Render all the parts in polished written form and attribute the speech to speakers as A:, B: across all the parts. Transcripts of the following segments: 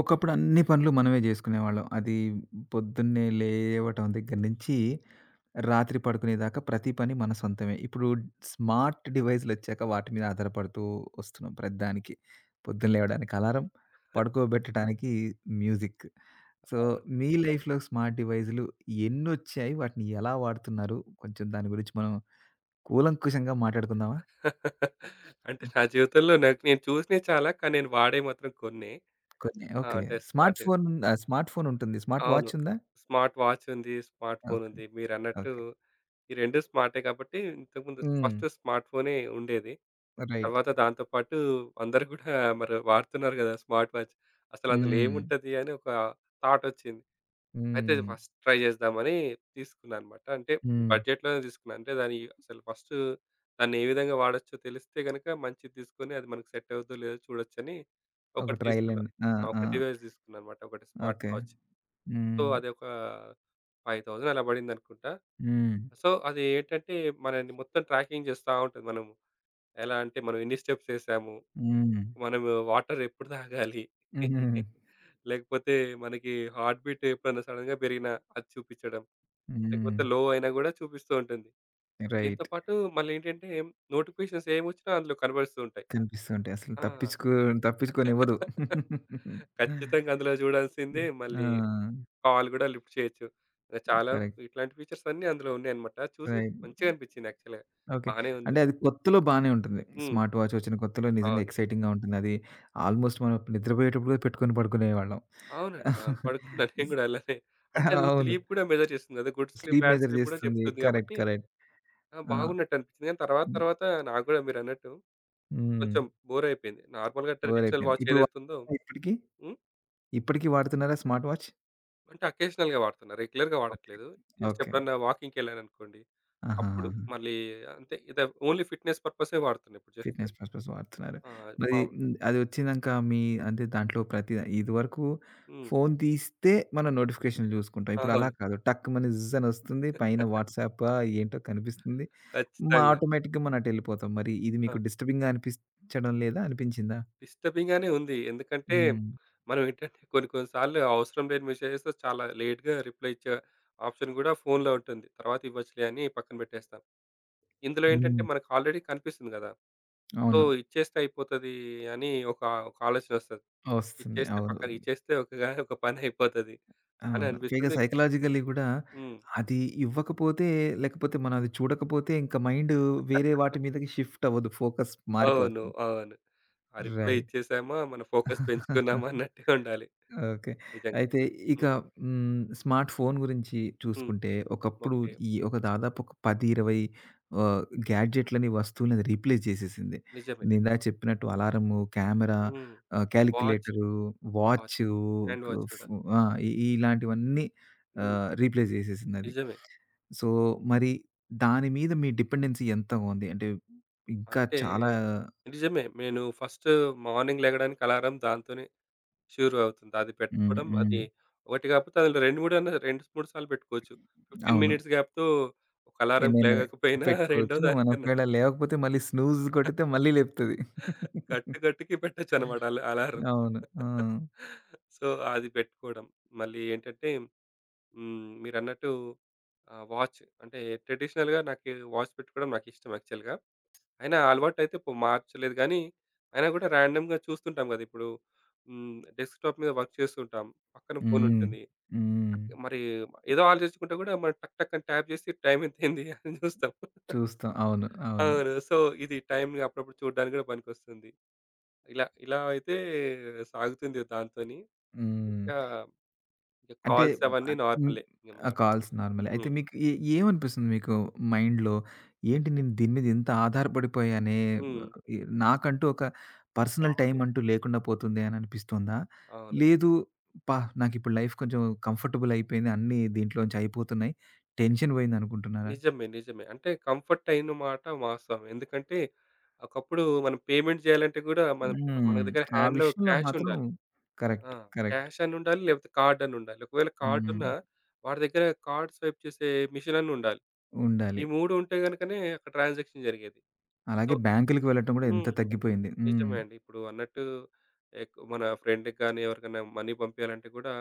A: ఒకప్పుడు అన్ని పనులు మనమే జేసుకునేవాళ్ళం. అది పొద్దున్నే లేవటం దగ్గర నుంచి, రాత్రి పడుకునేదాకా ప్రతి పని మన సొంతమే. ఇప్పుడు స్మార్ట్ డివైస్‌లొచ్చాక వాటి మీద ఆధారపడుతూ వస్తున్నాం ప్రతిదానికి. పొద్దున లేవడానికి అలారం, పడుకోబెట్టడానికి మ్యూజిక్. సో, మీ లైఫ్‌లో స్మార్ట్ డివైస్‌లు ఎన్నొచ్చాయి? వాటిని ఎలా వాడుతున్నారు? కొంచెం దాని గురించి మనం కూలంకుషంగా మాట్లాడుకుందామా?
B: అంటే
A: హ్మ్.
B: నా జీవితంలో నాకు నేను చూసినవి చాలా. కానీ నేను వాడేవి మాత్రం కొన్నే.
A: కొన్ని
B: ఆ!
A: ఓకే.
B: అంటే స్మార్ట్
A: స్మార్ట్ ఫోన్ ఉంటుంది. స్మార్ట్
B: అవును.
A: వాచ్ ఉందా?
B: స్మార్ట్ వాచ్ ఉంది. Smart phone
A: okay.
B: ఉంది. మీరన్నట్టు
A: ఓకే.
B: ఈ 2 స్మార్టే కాబట్టి ఇంతకుముందు
A: హ్మ్.
B: ఫస్ట్ స్మార్ట్ ఫోనే ఉండేది.
A: రైట్.
B: తర్వాత దాంతో పాటు అందరూ కూడా మరి వాడుతున్నారు గదా! Smart watch. అసలు అందులో
A: హ్మ్.
B: ఏముంటది అని ఒక థాట్ వచ్చింది. అయితే
A: హ్మ్.
B: ఫస్ట్ ట్రై చేద్దామని తీసుకున్నానన్నమాట. అంటే
A: హ్మ్.
B: బడ్జెట్‌లోనే తీసుకున్నా. అంటే దాని అసలు ఫస్ట్ దాన్ని ఏ విధంగా వాడొచ్చో తెలిస్తే గనుక మంచిది తీసుకొని అది మనకు సెట్ అవుద్దో లేదో చూడొచ్చని
A: ఒక
B: ఒకటి
A: ట్రైల్
B: తీసుకున్నా.
A: అండి. ఆ!
B: ఆ!
A: ఆ!
B: ఒక డివైస్ తీసుకున్నానన్నమాట. ఒకటి స్మార్ట్
A: ఓకే.
B: వాచ్. సో,
A: హ్మ్.
B: అదొక 5,000 అలా పడిందనుకుంటా.
A: హ్మ్.
B: సో, అది ఏంటంటే మనల్ని మొత్తం ట్రాకింగ్ చేస్తా ఉంటది. మనం ఎలా అంటే మనం ఎన్ని స్టెప్స్ ఏసాము,
A: హ్మ్.
B: మనము వాటర్ ఎప్పుడు తాగాలి,
A: హుహుహు.
B: లేకపోతే మనకి హార్ట్ బీట్ ఎప్పుడైనా సడెన్‌గా పెరిగినా అది చూపిచ్చడం.
A: హ్మ్.
B: లేకపోతే లో అయినా గూడా చూపిస్తూ ఉంటుంది. దీంతో
A: రైట్.
B: పాటు మళ్ళేంటంటే నోటిఫికేషన్స్ ఏమొచ్చినా అందులో కనబడుస్తూ ఉంటాయి.
A: కనిపిస్తూ ఉంటాయి. అసలు
B: ఆ!
A: తప్పించుకోనివ్వదు.
B: ఖచ్చితంగా అందులో జూడాల్సిందే. మళ్ళీ
A: ఆ!
B: కాల్ గూడా లిఫ్ట్ చేయొచ్చు. ఇంక చాలా
A: కరెక్ట్.
B: ఇట్లాంటి ఫీచర్స్ అన్నీ అందులో ఉన్నాయన్నమాట. చూసి
A: రైట్.
B: మంచిగా అనిపిచ్చింది యాక్చువల్‌గా.
A: ఓకే.
B: బానే ఉంది.
A: అంటే అది కొత్తలో బానే ఉంటుంది.
B: హ్మ్.
A: స్మార్ట్ వాచ్ వచ్చిన కొత్తలో నిజంగా
B: అవును.
A: ఎక్సైటింగ్‌గా ఉంటుంది. అది ఆల్‌మోస్ట్ మనం నిద్రపోయేటప్పుడు కూడా పెట్టుకొని పడుకునేవాళ్ళం.
B: అవునండి, అవును. పడుకున్నా. నేను గూడా అలానే. అంటే అది
A: అవును.
B: స్లీప్ కూడా మెజర్ చేస్తుంది కదా! Good sleep,
A: sleep
B: bad
A: measure
B: sleep కూడా
A: చేస్తుంది.
B: చెప్తుంది
A: కరెక్ట్.
B: కాబట్టి
A: కరెక్ట్.
B: ఆ!
A: ఆ!
B: బాగున్నట్టు అనిపించింది. కానీ తర్వాత
A: హ్మ్.
B: తర్వాత నాకు గూడా మీరన్నట్టు
A: హ్మ్.
B: కొంచెం బోర్ అయిపోయింది. నార్మల్‌గా ట్రెడిషనల్
A: బోరయిపోయింది.
B: వాచ్
A: ఇప్పుడు
B: ఏదైతే ఉందో.
A: వాడుతున్నారా ఇప్పటికి?
B: హ్మ్.
A: ఇప్పటికి వాడుతున్నారా స్మార్ట్ వాచ్?
B: అంటే అకేషనల్‌గా వాడుతున్నా. రెగ్యులర్‌గా
A: ఓకే.
B: వాడట్లేదు. Just
A: okay.
B: ఎప్పుడన్నా వాకింగ్‌కెళ్ళాననుకోండి.
A: ఆహాహా!
B: అప్పుడు మళ్ళీ అంతే, ఇదే ఓన్లీ ఫిట్‌నెస్ పర్పసే వాడుతున్నా ఇప్పుడు జస్ట్.
A: ఫిట్‌నెస్ పర్పస్ వాడుతున్నారు.
B: ఆ!
A: మరి
B: అవును.
A: హ్మ్. అది వచ్చినంక మీ అంటే దాంట్లో ప్రతి ఇదివరకు
B: హ్మ్.
A: ఫోను తీస్తే మనం నోటిఫికేషన్‌లు చూసుకుంటాం. ఇప్పుడు అలా
B: అవును.
A: కాదు. టక్కుమని జిజ్ అని వస్తుంది. పైన వాట్సాపా ఏంటో కనిపిస్తుంది.
B: ఖచ్చితంగా.
A: ఆటోమేటిక్‌గా మనం అటెళ్ళిపోతాం. మరి ఇది
B: ఆ!
A: మీకు డిస్టర్బింగ్‌గా అనిపించడం లేదా? అనిపించిందా?
B: డిస్టర్బింగ్ గానే ఉంది. ఎందుకంటే,
A: హ్మ్.
B: మనం ఏంటంటే కొన్ని కొన్ని సార్లు అవసరం లేని మెసేజెస్ చాలా లేట్‌గా రిప్లై ఇచ్చే ఆప్షన్ గూడా ఫోన్‌లో ఉంటుంది. తర్వాత ఇవ్వచ్చులే అని పక్కన పెట్టేస్తాం. ఇందులో ఏంటంటే
A: హ్మ్.
B: మనకు ఆల్రెడీ కనిపిస్తుంది గదా! సో,
A: అవును.
B: ఇచ్చేస్తే అయిపోతది అని ఒక ఒక ఆలోచనొస్తది.
A: వస్తుంది.
B: ఇచ్చేస్తే
A: అవును.
B: పక్కన ఇచ్చేస్తే ఒక గా ఒక పని అయిపోతది అని
A: అవును. పైగా
B: అనిపిస్తుంది.
A: సైకలాజికల్లీ గూడా
B: హ్మ్.
A: అది ఇవ్వకపోతే, లేకపోతే మనం అది చూడకపోతే ఇంక మైండు వేరే వాటి మీదకి షిఫ్ట్ అవ్వదు. ఫోకస్
B: అవును,
A: మారిపోతుంది.
B: అవును. ఆ రిప్లై
A: రైట్.
B: ఇచ్చేసామా, మన ఫోకస్ పెంచుకున్నామా అన్నట్టే ఉండాలి.
A: ఓకే.
B: నిజంగా.
A: అయితే ఇక
B: హ్మ్.
A: హ్మ్. స్మార్ట్ ఫోన్ గురించి
B: హ్మ్.
A: చూసుకుంటే, ఒకప్పుడు
B: ఓకే.
A: ఈ ఒక దాదాపు ఒక 10, 20 ఆహ్, గ్యాడ్జెట్లని, వస్తువులని అది రీప్లేస్ చేసేసింది.
B: నిజమే.
A: నేను ఇందాక చెప్పినట్టు అలారము, కెమెరా,
B: హ్మ్. Watch.
A: Calculator,
B: watch.
A: Watch
B: hand
A: కు
B: వాచ్
A: ఫ్
B: కూడా.
A: ఆ! ఇ ఇలాంటివన్నీ
B: హ్మ్.
A: రీప్లేస్ చేసేసిందది.
B: నిజమే.
A: సో, మరి దాని మీద మీ డిపెండెన్సీ ఎంతగా ఉంది? అంటే ఇంకా
B: అంటే
A: చాలా
B: నిజమే. నేను ఫస్ట్ మార్నింగ్ లెగడానికి అలారం దాంతోనే షూరు అవుతుంది. అది
A: హ్మ్.
B: పెట్టుకోవడం, అది
A: హ్మ్.
B: ఒకటి కాకపోతే అందులో 2, 3 అన్నా 2, 3 సార్లు పెట్టుకోవచ్చు. 15
A: అవును.
B: మినిట్స్ గ్యాప్‌తో ఒక అలారంకి
A: నేను
B: లేగకపోయినా రెండో
A: పెట్టుకోవచ్చు. మనం
B: దానికన్నా
A: ఒకవేళ లేవకపోతే మళ్ళీ స్నూజ్ కొట్టితే మళ్ళీ లేపుతది.
B: గట్టు గట్టుకి పెట్టొచ్చన్నమాట అలా అలారం.
A: అవును. ఆ!
B: సో, అది పెట్టుకోవడం. మళ్ళీ ఏంటంటే హ్మ్, మీరన్నట్టు వాచ్ అంటే ట్రెడిషనల్‌గా నాకు వాచ్ పెట్టుకోవడం నాకిష్టం యాక్చువల్‌గా. అయినా అలవాటైతే పొ మార్చలేదు గానీ, అయినా గూడా ర్యాండమ్‌గా చూస్తుంటాం గదా! ఇప్పుడు హ్మ్, డెస్క్‌టాప్ మీద వర్క్ చేస్తుంటాం. పక్కన
A: హ్మ్.
B: ఫోనుంటుంది.
A: హ్మ్.
B: మరి ఏదో ఆలోచించకుండా గూడా మనం టక్ టక్ అని ట్యాప్ జేసి టైమ్ ఎంతయింది అని జూస్తాం.
A: చూస్తాం. అవును. అవును.
B: అవును. సో, ఇది టైమ్‌ని అప్పుడప్పుడు చూడ్డానికి గూడా పనికొస్తుంది. ఇలా ఇలా అయితే సాగుతుంది దాంతోని. ఇంకా,
A: హ్మ్.
B: ఇంక
A: అంటే
B: కాల్స్ అవన్నీ
A: హ్మ్.
B: నార్మలే. ఇంక
A: ఆ!
B: మా
A: కాల్స్ నార్మలే. అయితే
B: హ్మ్.
A: మీకు ఏమనిపిస్తుంది మీకు మైండ్‌లో? ఏంటి నేను దీని మీద ఇంత ఆధారపడిపోయానే,
B: హ్మ్.
A: ఎ నాకంటూ ఒక పర్సనల్ టైమ్
B: అవును,
A: అంటూ లేకుండా పోతుంది అని అనిపిస్తుందా?
B: అవును.
A: లేదు "అబ్బా! నాకిప్పుడు లైఫ్ కొంచెం కంఫర్టబుల్ అయిపోయింది. అన్నీ దీంట్లోంచి అయిపోతున్నాయి. టెన్షన్ పోయింది" అనుకుంటున్నారా?
B: నిజమే, నిజమే. అంటే కంఫర్ట్ అయిన మాట వాస్తవం. ఎందుకంటే, ఒకప్పుడు మనం పేమెంట్ చేయాలంటే గూడా మన మన
A: హ్మ్.
B: దగ్గర
A: ఆ
B: హ్యాండ్‌లో
A: విషయంలో
B: క్యాష్
A: మాత్రం
B: ఉండాలి. ఆ!
A: కరెక్ట్. కరెక్ట్.
B: క్యాష్ అని ఉండాలి. లేకపోతే కార్డ్ అని ఉండాలి. ఒకవేళ కార్డ్
A: హ్మ్.
B: ఉన్నా వాడి దగ్గర కార్డ్ స్వైప్ చేసే మిషన్ అన్న ఉండాలి. ఈ
A: ఉండాలి.
B: 3 ఉంటే గనుకనే అక్కడ ట్రాన్సాక్షన్ జరిగేది. సో,
A: అలాగే బ్యాంకులకి వెళ్ళటం కూడా ఎంత
B: హ్మ్,
A: తగ్గిపోయింది. హ్మ్.
B: నిజమే అండి. ఇప్పుడు అన్నట్టు ఎక్ మన ఫ్రెండ్‌కి గాని, ఎవరికైనా మనీ పంపియాలంటే గూడా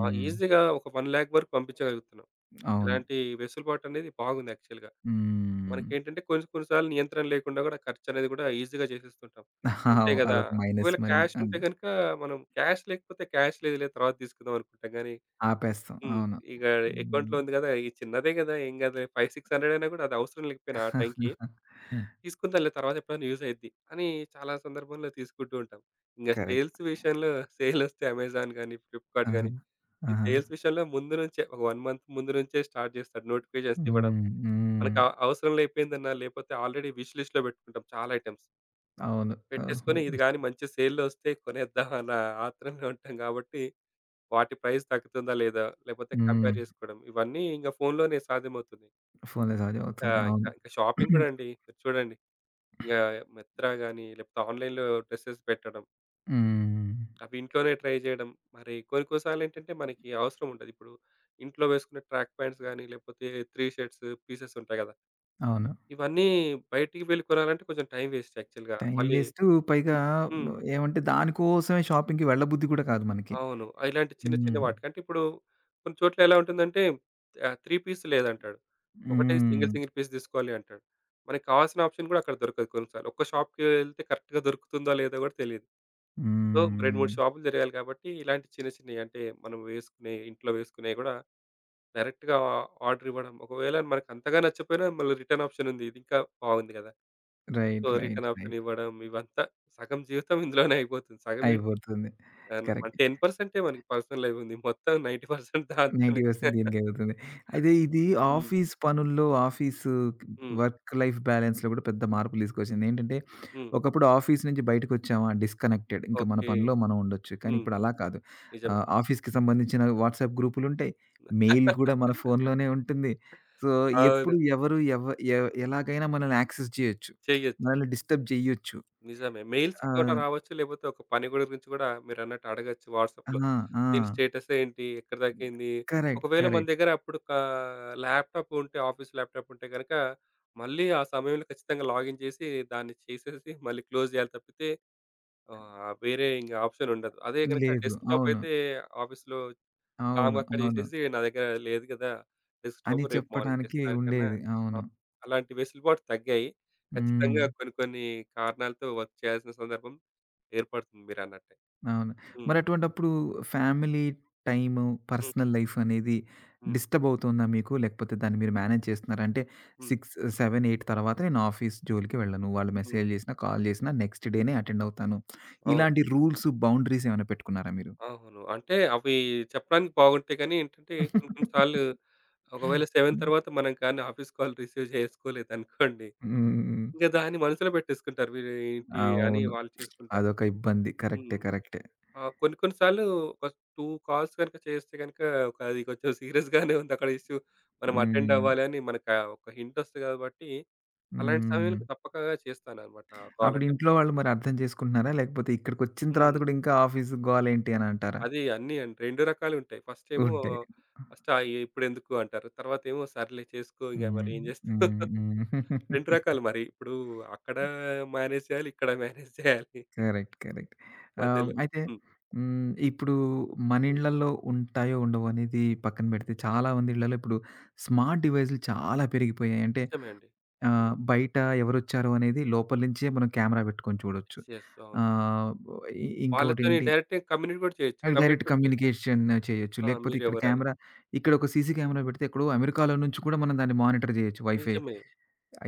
B: ఈజీగా ఒక 1,00,000 వరకు పంపించగలుగుతున్నాం.
A: అవును.
B: ఇలాంటి వెసులుబాటు అనేది బాగుంది యాక్చువల్‌గా.
A: హ్మ్.
B: మనకేంటంటే కొన్ని కొన్ని సార్లు నియంత్రణ లేకుండా గూడా ఖర్చనేది గూడా ఈజీగా చేసేస్తుంటాం. అంతే గదా!
A: అదొక మైనస్
B: ఒకవేళ
A: మళ్ళీ.
B: క్యాష్
A: ఆ! హ్మ్.
B: ఉంటే గనుక మనం, క్యాష్ లేకపోతే క్యాష్ లేదులే తర్వాత తీసుకుందాం అనుకుంటాం గానీ
A: ఆపేస్తాం.
B: హ్మ్,
A: అవును.
B: ఇక అకౌంట్‌లో
A: హ్మ్.
B: ఉంది గదా! ఈ చిన్నదే గదా! ఏం గాదులే 5, 600 అయినా గూడా అది అవసరం లేకపోయినా ఆ టైంకి
A: హ్మ్.
B: తీసుకుందాంలే తర్వాత ఎప్పుడైనా యూజ్ అయిద్ది అని చాలా సందర్భంలో తీసుకుంటూ ఉంటాం. ఇంగ
A: కరెక్ట్.
B: సేల్స్ విషయంలో సేలొస్తే అమెజాన్ గానీ, ఫ్లిప్‌కార్ట్
A: ఆహా!
B: గానీ ఈ
A: ఆహా!
B: సేల్స్ విషయంలో ముందు నుంచే ఒక 1 మంత్ ముందు నుంచే స్టార్ట్ జేస్తాడు నోటిఫికేషన్స్ ఇవ్వడం.
A: హ్మ్. హ్మ్.
B: మనకు అవ అవసరం అయిపోయిందన్న లేపోతే ఆల్రెడీ విష్ లిస్ట్‌లో పెట్టుకుంటాం చాలా ఐటెమ్స్.
A: అవును. ఓహో!
B: పెట్టేసుకొని ఇది గాని మంచి సేల్‌లో వస్తే కొనేద్దాం అన్న ఆత్రంలో ఉంటాం కాబట్టి, వాటి ప్రైస్ తగ్గుతుందా లేదా, లేపోతే
A: హ్మ్.
B: కంపేర్ చేసుకోవడం ఇవన్నీ ఇంక ఫోన్‌లోనే సాధ్యమవుతుంది.
A: ఫోన్‌లో సార్జ్
B: ఇంకా
A: అవుతుంది.
B: ఇంకా
A: అవును.
B: ఇంకా షాపింగ్ గూడా అండి. మీరు చూడండి ఇంగ మిత్రా గాని లేపోతే ఆన్‌లైన్‌లో డ్రెసెస్ పెట్టడం,
A: హ్మ్.
B: అవి ఇంట్లోనే ట్రై చేయడం. మరి కొన్ని కొన్ని సార్లు ఏంటంటే మనకి అవసరం ఉండదు. ఇప్పుడు ఇంట్లో వేసుకునే ట్రాక్ ప్యాంట్స్ గాని లేపోతే త్రీ షర్ట్స్ పీసెస్ ఉంటాయి గదా!
A: అవును.
B: ఇవన్నీ బయటికి వెళ్లి కొనాలంటే కొంచెం టైం వేస్ట్ యాక్చువల్‌గా.
A: టైమ్
B: మళ్ళీ
A: వేస్టు పైగా మ
B: హ్మ్.
A: ఏమంటే దానికోసమే షాపింగ్‌కి వెళ్ళబుద్ధి కూడా కాదు మనకి.
B: అవును. ఆ, ఇలాంటి చిన్న చిన్న
A: హ్మ్.
B: వాటికి. అంటే ఇప్పుడు కొన్ని చోట్ల ఎలా ఉంటుందంటే 3 పీస్ లేదంటాడు. ఒకటే సింగిల్
A: హ్మ్.
B: సింగిల్ పీస్ తీసుకోవాలి అంటాడు. మనకు కావాల్సిన ఆప్షన్ కూడా అక్కడ దొరకదు కొన్నిసార్లు. ఒక్క షాప్‌కి వెళ్తే కరెక్ట్‌గా దొరుకుతుందో లేదో కూడా తెలీదు. సో, 2,
A: హ్మ్.
B: 3 షాపులు తిరగాలి కాబట్టి ఇలాంటి చిన్న చిన్నవి అంటే మనం వేసుకునే ఇంట్లో వేసుకునేవి కూడా డైరెక్ట్‌గా ఆర్డర్ ఇవ్వడం. ఒకవేళ మనకు అంతగా నచ్చకపోయినా మళ్ళీ రిటర్న్ ఆప్షన్ ఉంది. ఇది ఇంకా బాగుంది కదా! So,
A: right. Right.
B: Return option
A: right.
B: ఇవ్వడం ఇవంతా సగం జీవితం ఇందులోనే అయిపోతుంది. సగమేంటి,
A: అయిపోతుంది.
B: మన
A: కరెక్ట్.
B: 10% మనకి పర్సనల్ లైఫ్ ఉంది. మొత్తం 90% దాంతోనే.
A: 90% దీనికెళ్తుంది. అయితే ఇది
B: హ్మ్.
A: ఆఫీస్ పనుల్లో, ఆఫీసు
B: హ్మ్.
A: వర్క్ లైఫ్ బ్యాలెన్స్‌లో గూడా పెద్ద మార్పులు తీసుకొచ్చింది. ఏంటంటే,
B: హ్మ్.
A: ఒకప్పుడు ఆఫీస్ నుంచి బయటకొచ్చామా డిస్‌కనెక్టెడ్. ఇంక మన
B: ఓకే.
A: పనిలో మనం ఉండొచ్చు. కానీ
B: హ్మ్.
A: ఇప్పుడు అలా కాదు.
B: నిజమే.
A: ఆఫీస్‌కి సంబంధించిన వాట్సాప్ గ్రూపులుంటాయి. మెయిల్ కూడా మన ఫోన్‌లోనే ఉంటుంది. సో,
B: అవును.
A: ఎప్పుడు ఎవరు ఎవ ఎ ఎలాగైనా మనల్ని యాక్సెస్ చేయొచ్చు.
B: చెయ్యొచ్చు.
A: మనల్ని డిస్టర్బ్ జేయొచ్చు.
B: నిజమే. మెయిల్స్ కూడా
A: ఆహ్,
B: రావచ్చు. లేకపోతే ఒక పని కూడా గురించి కూడా మీరన్నట్టు అడగొచ్చు
A: ఆ!
B: వాట్సాప్‌లో.
A: ఆ!
B: దీని స్టేటస్ ఏంటి? ఎక్కడిదాకేంది?
A: కరెక్ట్.
B: ఒకవేళ మన
A: కరెక్ట్.
B: దగ్గర అప్పుడు ల్యాప్‌టాప్ ఉంటే, ఆఫీస్ ల్యాప్‌టాప్ ఉంటే గనక మళ్ళీ ఆ సమయంలో ఖచ్చితంగా లాగిన్ చేసి దాన్ని చేసేసి మళ్ళీ క్లోజ్ చేయాలి తప్పితే వేరే ఇంక ఆప్షన్ ఉండదు. అదే గనక
A: లేదు.
B: డెస్క్‌టాప్
A: అవును.
B: అయితే ఆఫీస్‌లో ఆమె
A: అవును.
B: అక్కడ
A: అవును.
B: చేసేసి నా దగ్గర లేదు కదా!
A: అని
B: డెస్క్‌టాప్, రేపు మార్నింగ్
A: చెప్పడానికి
B: చేస్తానికన్నా.
A: ఉండేది.
B: ఆ!
A: అవును.
B: అలాంటి వెసులుబాటు తగ్గాయి.
A: హ్మ్.
B: ఖచ్చితంగా కొన్ని కొన్ని కారణాలతో వర్క్ చేయాల్సిన సందర్భం ఏర్పడుతుంది మీరన్నట్టే.
A: అవును.
B: హ్మ్.
A: మరి అటువంటప్పుడు ఫ్యామిలీ టైము,
B: హ్మ్.
A: పర్సనల్ లైఫ్ అనేది
B: హ్మ్.
A: డిస్టర్బ్ అవుతుందా మీకు? లేకపోతే దాన్ని మీరు మేనేజ్ చేస్తున్నారా? అంటే
B: హ్మ్.
A: 6, 7, 8 తర్వాత నేను ఆఫీస్ జోలికి వెళ్ళను. వాళ్ళు
B: హ్మ్.
A: మెసేజ్ చేసినా, కాల్ చేసినా నెక్స్ట్ డేనే అటెండ్ అవుతాను.
B: అవును,
A: ఇలాంటి రూల్స్, బౌండరీస్ ఏమైనా పెట్టుకున్నారా మీరు?
B: అవును. అంటే అవి చెప్పడానికి బాగుంటాయి కానీ ఏంటంటే కొన్ని కొన్ని సార్లు ఒకవేళ 7 తర్వాత మనం కానీ ఆఫీస్ కాల్ రిసీవ్ చేసుకోలేదనుకోండి.
A: హ్మ్.
B: ఇంక దాన్ని మనసులో పెట్టేసుకుంటారు. వీరు ఏంటి అని
A: అవును.
B: వాళ్ళు చేసుకుంటారు.
A: అదొక ఇబ్బంది. కరెక్టే.
B: హ్మ్.
A: కరెక్టే.
B: ఆ! కొన్ని కొన్ని సార్లు ఒక 2 కాల్స్ గనుక చేస్తే గనుక ఒక అది కొంచెం సీరియస్ గానే ఉంది. అక్కడ ఇష్యూ మనం అటెండ్
A: హ్మ్.
B: అవ్వాలని మనకా ఒక హింట్ వస్తది కాబట్టి, అలాంటి
A: హ్మ్.
B: సమయంలో తప్పక చేస్తాననమాట ఆ కాల్
A: అప్పుడు
B: అటెండ్.
A: ఇంట్లో వాళ్ళు మరి అర్థం చేసుకుంటున్నారా? లేకపోతే ఇక్కడికొచ్చిన తర్వాత
B: హ్మ్.
A: కూడా ఇంకా ఆఫీసు గోలేంటి అని అంటారా?
B: అది అన్నీ అండి. 2 రకాలుంటాయి. ఫస్టేమో
A: ఉంటాయి.
B: ఫస్ట్ ఇప్పుడెందుకు అంటారు. తర్వాతేమో సర్లే చేసుకో ఇగ
A: హ్మ్.
B: మరి ఏం చేస్తావు.
A: హ్మ్.
B: 2
A: హ్మ్.
B: రకాలు మరి. ఇప్పుడు అక్కడ మేనేజ్ చేయాలి, ఇక్కడ మేనేజ్ చేయాలి
A: కరెక్ట్. కరెక్ట్.
B: మధ్యలో.
A: అయితే
B: హ్మ్.
A: హ్మ్. ఇప్పుడు మన
B: హ్మ్.
A: ఇళ్ళల్లో ఉంటాయో ఉండవో అనేది పక్కన పెడితే చాలా మంది ఇళ్ళలో ఇప్పుడు స్మార్ట్ డివైస్‌లు చాలా పెరిగిపోయాయి. అంటే
B: నిజమే అండి. హ్మ్.
A: బయట ఎవరొచ్చారు అనేది లోపల నుంచే మనం కెమెరా పెట్టుకొని చూడొచ్చు.
B: యెస్. యెస్. అవును.
A: ఆహ్, ఇ
B: వాళ్ళతోని
A: ఇంకోటేంటి
B: డైరెక్ట్‌గా కమ్యూనికేట్ కూడా చేయొచ్చు.
A: అది డైరెక్ట్
B: కమ్యూనికేట్ కూడా చేయొచ్చు.
A: కమ్యూనికేషన్ చేయొచ్చు.
B: ఆ!
A: లేకపోతే
B: మీరెవరని.
A: ఇక్కడ ఒక సీసీ కెమెరా పెడితే ఎక్కడో అమెరికాలో నుంచి కూడా మనం దాన్ని మానిటర్ చేయొచ్చు వైఫై
B: నిజమే.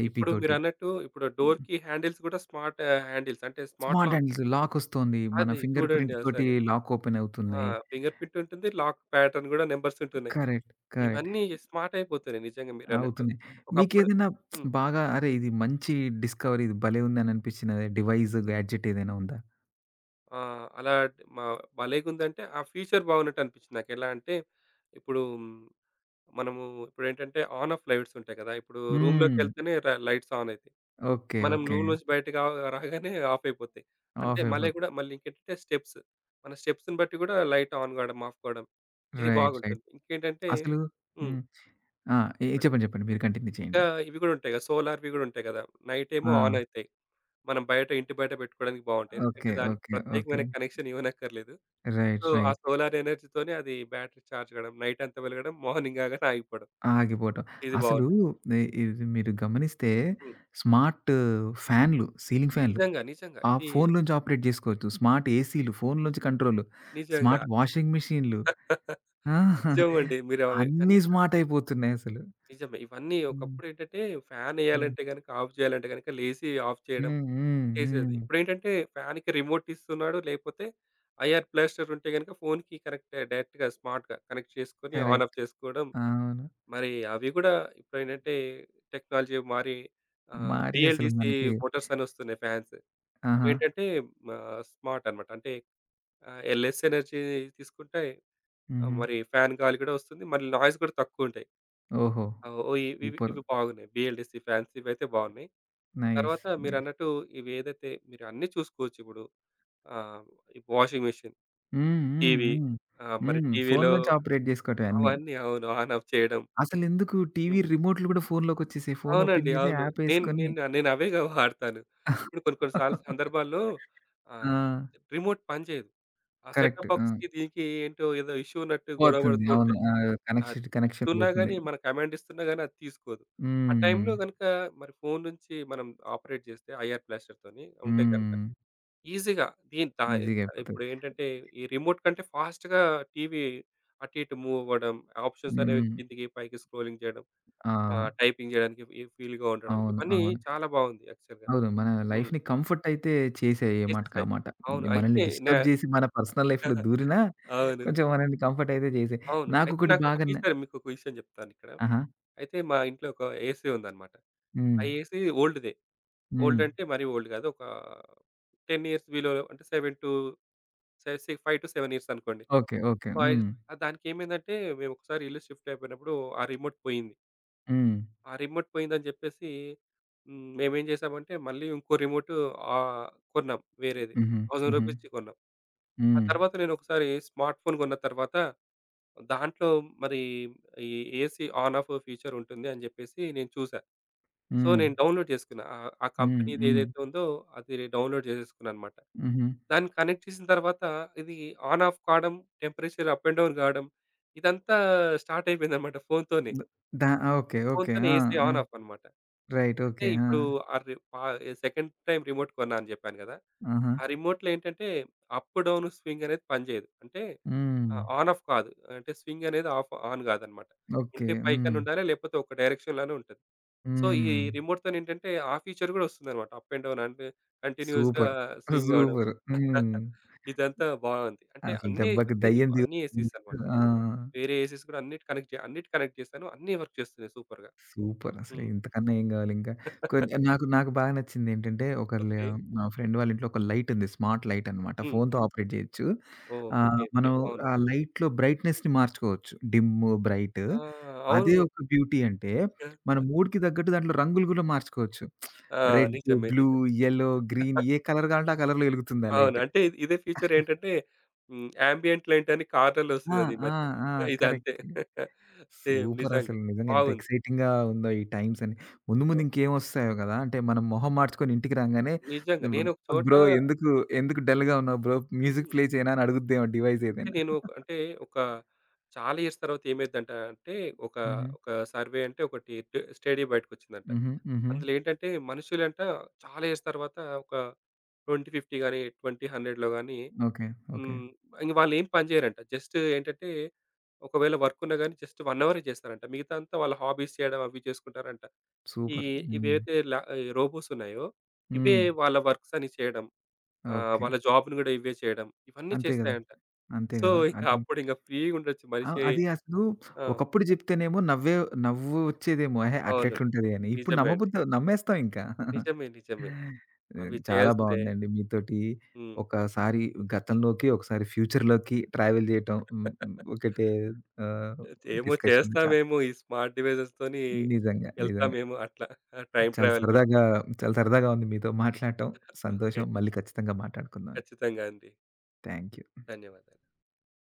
A: ఐపీ
B: ఇప్పుడు
A: తోటి.
B: మీరన్నట్టు ఇప్పుడు డోర్‌కి హ్యాండిల్స్ కూడా స్మార్ట్ హ్యాండిల్స్, అంటే స్మార్ట్
A: స్మార్ట్
B: లాక్.
A: హ్యాండిల్స్ లాకొస్తోంది. మన
B: అది
A: ఫింగర్
B: చూడండి
A: ప్రింట్ తోటి
B: అసలు.
A: లాక్ ఓపెన్
B: ఆ!
A: అవుతున్నాయి.
B: ఫింగర్ ప్రింట్ ఉంటుంది. లాక్ ప్యాటర్న్ కూడా నంబర్స్ ఉంటున్నాయి.
A: కరెక్ట్. కరెక్ట్.
B: ఇవన్నీ స్మార్ట్ అయిపోతున్నాయి నిజంగా మీరన్నట్టు.
A: అవుతున్నాయి.
B: ఒకప్పుడు
A: మీకేదైనా
B: హ్మ్.
A: బాగా అరే! ఇది మంచి డిస్కవరీ ఇది భలే ఉంది అని అనిపించిన డివైస్, గాడ్జెట్ ఏదైనా ఉందా?
B: అలా మ భలేగుందంటే ఆ ఫీచర్ బాగున్నట్టు అనిపించింది నాకు. ఎలా అంటే ఇప్పుడు మ్, మనము ఇప్పుడేంటంటే ఆన్ ఆఫ్ లైట్స్ ఉంటాయి కదా! ఇప్పుడు
A: హ్మ్.
B: రూమ్‌లోకెళ్తేనే ర లైట్స్ ఆన్ అయితాయి.
A: ఓకే.
B: మనం
A: ఓకే.
B: రూల్ నుంచి బయటకి రా రాగానే ఆఫ్ అయిపోతాయి. అంటే
A: ఆఫ్
B: మళ్ళీ
A: అయిపోతు
B: గూడా మళ్ళీ ఇంకేంటంటే స్టెప్స్. మన స్టెప్స్‌ని బట్టి గూడా లైట్ ఆన్ కావడం, ఆఫ్ కావడం, ఇది
A: రైట్. రైట్.
B: బాగుంటుంది. ఇంకేంటంటే
A: అసలు
B: హ్మ్.
A: హ్మ్. ఆ!
B: చెప్పండి.
A: చెప్పండి. చెప్పండి. మీరు కంటిన్యూ
B: ఇంకా
A: చేయండి.
B: ఇవి గూడా ఉంటాయి కదా! సోలార్‌వి గూడా ఉంటాయి కదా! నైట్ ఏమో ఆన్
A: ఆ!
B: అయితాయి. మనం బయట ఇంటి బయట పెట్టుకోవడానికి బావుంటాయి. ఎందుకంటే
A: ఓకే.
B: దానికి
A: ఓకే. ఓకే.
B: ప్రత్యేకమైన కనెక్షన్ ఇవ్వనక్కర్లేదు.
A: రైట్.
B: సో, ఆ
A: రైట్.
B: సోలార్ ఎనర్జీతోనే అది బ్యాటరీ చార్జ్ కావడం, నైట్ అంతా వెలగడం, మార్నింగ్ కాగానే ఆగిపోవడం.
A: ఆగిపోవటం.
B: ఇది
A: అసలు
B: బావుంటది.
A: నే ఇది మీరు గమనిస్తే
B: హ్మ్.
A: స్మార్ట్ ఫ్యాన్‌లు, సీలింగ్ ఫ్యాన్‌లు
B: నిజంగా, నిజంగా.
A: ఆ
B: ఇది
A: ఫోన్‌లోంచి ఆపరేట్ జేసుకోవచ్చు. స్మార్ట్ ఏసీలు ఫోన్‌లోంచి కంట్రోలు.
B: నిజంగా.
A: స్మార్ట్ వాషింగ్ మెషీన్‌లు. ఆ!
B: నిజమండి. మీరు అవి
A: అన్నీ
B: అన్నీ
A: స్మార్ట్
B: కరెక్టే.
A: అయిపోతున్నాయసలు.
B: నిజమే. ఇవన్నీ
A: హ్మ్.
B: ఒకప్పుడేంటంటే
A: హ్మ్.
B: ఫ్యానేయాలంటే గనుక, ఆఫ్ జేయాలంటే గనుక లేసి ఆఫ్ చేయడం
A: హ్మ్. హ్మ్.
B: చేసేది.
A: హ్మ్.
B: ఇప్పుడేంటంటే ఫ్యాన్‌కి రిమోట్ ఇస్తున్నాడు. లేపోతే ఐఆర్ బ్లాస్టర్ ఉంటే గనుక ఫోన్‌కి కనెక్ట్, డైరెక్ట్‌గా స్మార్ట్‌గా కనెక్ట్ చేసుకొని ఆన్,
A: కరెక్ట్.
B: ఆఫ్ చేసుకోవడం.
A: అవును.
B: మరి అవి గూడా ఇప్పుడేంటంటే టెక్నాలజీ మారి
A: మరి అసలు
B: బిఎల్‌డిసి
A: మనకి
B: మోటార్స్ అని వస్తున్నాయి ఫ్యాన్స్.
A: ఆహా!
B: అవేంటంటే మా స్మార్ట్ అన్నమాట. అంటే ఎల్ఎస్ ఎనర్జీ తీసుకుంటే,
A: హుహు.
B: మరి ఫ్యాన్ గాలి గూడా వస్తుంది. మళ్ళీ నాయిస్ గూడా తక్కువుంటాయి.
A: ఓహో!
B: ఓహ్! ఇవి ఇవి
A: సూపర్.
B: ఇవి బాగున్నాయి. బీఎల్‌డీసీ ఫ్యాన్స్ ఇవైతే బాగున్నాయి. ఆ
A: నైస్.
B: తర్వాత
A: నైస్.
B: మీరన్నట్టు ఇవేదైతే మీరు అన్నీ చూసుకోవచ్చు ఇప్పుడు. ఆహ్, వాషింగ్ మెషీన్,
A: హ్మ్. హ్మ్.
B: టీవీ,
A: హ్మ్.
B: మరి
A: హ్మ్.
B: టీవీలో
A: ఫోన్‌లోంచి ఆపరేట్ జేసుకోవటమే అన్నీ.
B: అవన్నీ, అవును. ఆన్ ఆఫ్ చేయడం.
A: అసలెందుకు టీవీ
B: హ్మ్.
A: రిమోట్‌లు గూడా ఫోనులోకొచ్చేసాయి. ఫోను ఓపెన్
B: అవునండి,
A: చేసి
B: అవును.
A: యాప్
B: నేను
A: ఎసుకొని
B: నేను నేనవేగా వాడతాను. ఇప్పుడు కొన్ని కొన్ని సార్లు సందర్భాల్లో
A: ఆ!
B: ఆహ్, రిమోట్ పనిచేయదు. ఆ
A: కరెక్ట్.
B: సెటప్
A: ఆ!
B: బాక్స్‌కి దీనికి ఏంటో ఏదో ఇష్యూ ఉన్నట్టు గొడవ
A: పోతుంది.
B: పడుతూ
A: అవును.
B: ఉంటాయి.
A: ఆ!
B: అది
A: కనెక్షన్ కనెక్షన్
B: ఇస్తున్నా
A: పోతుంది.
B: గాని, మన కమాండ్ ఇస్తున్నా గాని అది తీసుకోదు. ఆ
A: హ్మ్.
B: టైంలో గనుక మరి ఫోను నుంచి మనం ఆపరేట్ చేస్తే, ఐఆర్ బ్లాస్టర్‌తోని ఉంటే గనుక
A: హ్మ్.
B: ఈజీగా దీని దా
A: ఈజీగా అయిపోతది.
B: ఇప్పుడేంటంటే ఈ రిమోట్ కంటే ఫాస్ట్‌గా టీవీ అటు ఇటు మూవ్ అవ్వడం, ఆప్షన్స్ అనేవి
A: హ్మ్.
B: కిందికి పైకి స్క్రోలింగ్ చేయడం,
A: ఆ!
B: టైపింగ్ చేయడానికి ఈ వీలుగా ఉండడం
A: అవును.
B: ఇవన్నీ
A: అవును.
B: చాలా బాగుంది యాక్చువల్‌గా.
A: అవును. మన
B: హ్మ్.
A: లైఫ్‌ని కంఫర్ట్ అయితే చేసాయి. ఏ మాటకి ఆ
B: చేసేసాయి.
A: మాట.
B: అవును.
A: మనల్ని
B: అయితే నా
A: డిస్టర్బ్ చేసి మన పర్సనల్ లైఫ్‌లో దూరినా
B: అవును,
A: కొంచెం మనల్ని కంఫర్ట్ అయితే చేసాయి.
B: అవును. అయితే
A: నాకొకటి
B: నాకొక
A: బాగా న
B: ఫీచర్, మీకొక విషయం చెప్తానిక్కడ.
A: ఆహా!
B: అయితే మా ఇంట్లో ఒక ఏసీ ఉందన్నమాట. ఆ
A: హ్మ్.
B: ఏసీ ఓల్డ్‌దే.
A: హ్మ్.
B: ఓల్డ్ అంటే మరీ ఓల్డ్ కాదు. ఒక 10 ఇయర్స్ బిలో, అంటే 7-5-7 ఇయర్స్ అనుకోండి.
A: ఓకే. ఓకే.
B: వాయిస్
A: హ్మ్.
B: దానికేమైందంటే మేమొకసారి ఇల్లు షిఫ్ట్ అయిపోయినప్పుడు ఆ రిమోట్ పోయింది.
A: హ్మ్.
B: ఆ రిమోట్ పోయిందని చెప్పేసి హ్మ్, మేమేం చేసామంటే మళ్ళీ ఇంకో రిమోట్ ఆహ్, కొన్నాం వేరేది.
A: హుహు.
B: రూ.
A: హుహు.
B: 1000 ఇచ్చి కొన్నాం. ఆ
A: హ్మ్.
B: తర్వాత నేనొకసారి స్మార్ట్ ఫోన్ కొన్న తర్వాత, దాంట్లో మరి ఈ ఏసీ ఆన్, ఆఫ్ ఫీచర్ ఉంటుంది అని జెప్పేసి నేను చూసా. సో,
A: హ్మ్.
B: నేను డౌన్‌లోడ్ చేసుకున్నా. ఆ
A: హ్మ్.
B: కంపెనీది
A: హ్మ్.
B: ఏదైతే ఉందో అది డౌన్‌లోడ్ చేసేసుకున్నాననమాట.
A: హుహు.
B: దాన్ని కనెక్ట్ చేసిన తర్వాత ఇది ఆన్, ఆఫ్ కావడం, టెంపరేచర్ అప్ అండ్ డౌన్ గావడం, ఇదంతా స్టార్ట్ అయిపోయిందనమాట ఫోన్‌తోనే.
A: ద దా ఓకే. ఓకే.
B: ఫోన్‌తోనే
A: ఆ!
B: ఏసీ
A: ఆ!
B: ఆన్, ఆఫ్ అనమాట.
A: రైట్.
B: అంటే
A: ఓకే. ఆ!
B: ఇప్పుడు ఆ రి పా సెకండ్ టైమ్ రిమోట్ కొన్నా అని చెప్పాను కదా!
A: ఆహా!
B: ఆ రిమోట్‌లో ఏంటంటే అప్ డౌన్ స్వింగ్ అనేది పనిచేయదు. అంటే
A: హ్మ్.
B: ఆన్ ఆఫ్ కాదు. అంటే స్వింగ్ అనేది ఆఫ్ ఆన్ కాదనమాట.
A: ఓకే.
B: ఉంటే
A: హ్మ్.
B: పైకని ఉండాలి. లేకపోతే ఒక డైరెక్షన్‌లోనే ఉంటది. సో, ఈ
A: హ్మ్.
B: రిమోట్‌తోని ఏంటంటే ఆ ఫీచర్ కూడా వస్తుందనమాట. అప్ అండ్ డౌన్ అంటే కంటిన్యూయస్‌గా
A: సూపర్.
B: స్వింగ్ అవ్వడం.
A: సూపర్. హ్మ్.
B: ఇదంతా బాగుంది. అంటే
A: అసలు
B: అన్ని
A: దెబ్బకి
B: అన్ని
A: దయ్యం
B: రిమో అన్ని ఏసీస్ అనమాట.
A: ఆ!
B: వేరే ఏసీస్ కూడా అన్నిటి కనెక్ట్ జే అన్నిటి కనెక్ట్ చేశాను. అన్నీ వర్క్ చేస్తున్నాయి సూపర్‌గా.
A: సూపర్. అసలు
B: హ్మ్.
A: ఇంతకన్నా ఏం గావాలి ఇంకా. నాకు బాగా నచ్చిందేంటంటే ఒకళ్ళు
B: ఓకే.
A: మా ఫ్రెండ్ వాళ్ళ ఇంట్లో ఒక లైట్ ఉంది. స్మార్ట్ లైట్ అన్నమాట.
B: హ్మ్.
A: ఫోన్‌తో ఆపరేట్ చేయొచ్చు.
B: ఓకే. ఓకే.
A: మనం
B: అవును.
A: ఆ లైట్‌లో బ్రైట్‌నెస్‌ని మార్చుకోవచ్చు. Dim, bright.
B: ఆ!
A: అదే
B: అవును.
A: ఒక బ్యూటీ అంటే మన మూడ్‌కి తగ్గట్టు దాంట్లో రంగులు గూడా మార్చుకోవచ్చు.
B: ఆ!
A: రెడ్,
B: నిజమే,
A: బ్లూ,
B: నిజమే.
A: యెల్లో, గ్రీన్ ఏ కలర్ కావాలంటే ఆ కలర్‌లో ఎలుగుతుంది ఆ
B: అవును.
A: లైట్.
B: అంటే ఇది ఇదే ఫీచర్ ఏంటంటే హ్మ్, యాంబియెంట్ లైట్ అని కార్‌లలో
A: ఆ!
B: వస్తుంది కదా! ఈ
A: ఆ!
B: మధ్య.
A: ఆ!
B: ఇదంతే.
A: కరెక్ట్.
B: సేమ్ నిజంగా.
A: సూపరసలు. నిజంగా ఎంత
B: బాగుంది.
A: ఎక్సైటింగ్‌గా ఉందో ఈ టైమ్స్ అన్ని. ముందు ముందు
B: ఓహ్!
A: ఇంకేమొస్తాయో గదా! అంటే మనం మొహం మార్చుకొని ఇంటికి రాంగానే
B: నిజంగా.
A: "వ్
B: నేను ఒక చోట
A: బ్రో ఎందుకు, ఎందుకు డల్‌గా ఉన్నావు బ్రో మ్యూజిక్
B: హ్మ్.
A: ప్లే చేయనా?" అని అడుగుద్దేమో డివైస్
B: అంటే
A: ఏదైనా.
B: నేను అంటే ఒక చాలా ఇయర్స్ తర్వాత ఏమైందంట అంటే, ఒక
A: హుహు.
B: ఒక సర్వే, అంటే ఒకటి ట్ స్టడీ బయటకొచ్చిందంట.
A: హుహు. హుహు.
B: అందులో ఏంటంటే మనుషులంట చాలా ఇయర్స్ తర్వాత ఒక 20, 50 గాని, 20, 100లో గాని
A: ఓకే. ఓకే.
B: హ్మ్, ఇంక వాళ్ళేం పని జేయరంట. జస్ట్ ఏంటంటే, ఒకవేళ వర్క్ ఉన్నా గాని జస్ట్ 1 అవరే చేస్తారంట. మిగతా అంతా వాళ్ళ హాబీస్ చేయడం, అవి చేసుకుంటారంట. ఈ
A: సూపర్. హ్మ్.
B: ఇవేవైతే ల ఈ రోబోస్ ఉన్నాయో, ఇవే
A: హ్మ్.
B: వాళ్ళ వర్క్స్ అని చేయడం.
A: ఓకే.
B: వాళ్ళ జాబ్‌ని గూడా ఇవే చేయడం. ఇవన్నీ
A: అంతే గదా!
B: చేస్తాయంట.
A: అంతే
B: సో,
A: గదా!
B: ఇక
A: అది
B: అప్పుడు ఇంక ఫ్రీగుండొచ్చు
A: ఆ!
B: మనిషి.
A: అది అసలు
B: ఆ!
A: ఒకప్పుడు జెప్తేనేమో నవ్వు ఒచ్చేదేమో. "ఎహే!
B: అవును.
A: అట్లెట్లుంటది" అని. ఇప్పుడు
B: నిజమే అండి.
A: నమ్మబుద్ది నమ్మేస్తాం ఇంకా.
B: నిజమే, నిజమే.
A: హ్మ్.
B: అవి
A: చాలా
B: చేయాల్సిందే.
A: బావుందండి. మీతోటి
B: హ్మ్.
A: ఒకసారి గతంలోకి, ఒకసారి ఫ్యూచర్‌లోకి ట్రావెల్ చేయటం హ్మ్. హ్మ్. ఒకటే ఆహ్,
B: ఏమో
A: డిస్కషన్
B: చేస్తామేమో ఈ స్మార్ట్ డివైసెస్‌తోని
A: నిజంగా. నిజంగా.
B: ఎళ్తామేమో అట్లా. టైమ్
A: చాలా
B: ట్రావెల్ గూడా.
A: సరదాగా చాలా సరదాగా ఉంది మీతో మాట్లాడటం.
B: ఓకే.
A: సంతోషం. మళ్ళీ ఖచ్చితంగా మాట్లాడుకుందాం.
B: ఖచ్చితంగా అండి.
A: Thank you.
B: ధన్యవాదాలు.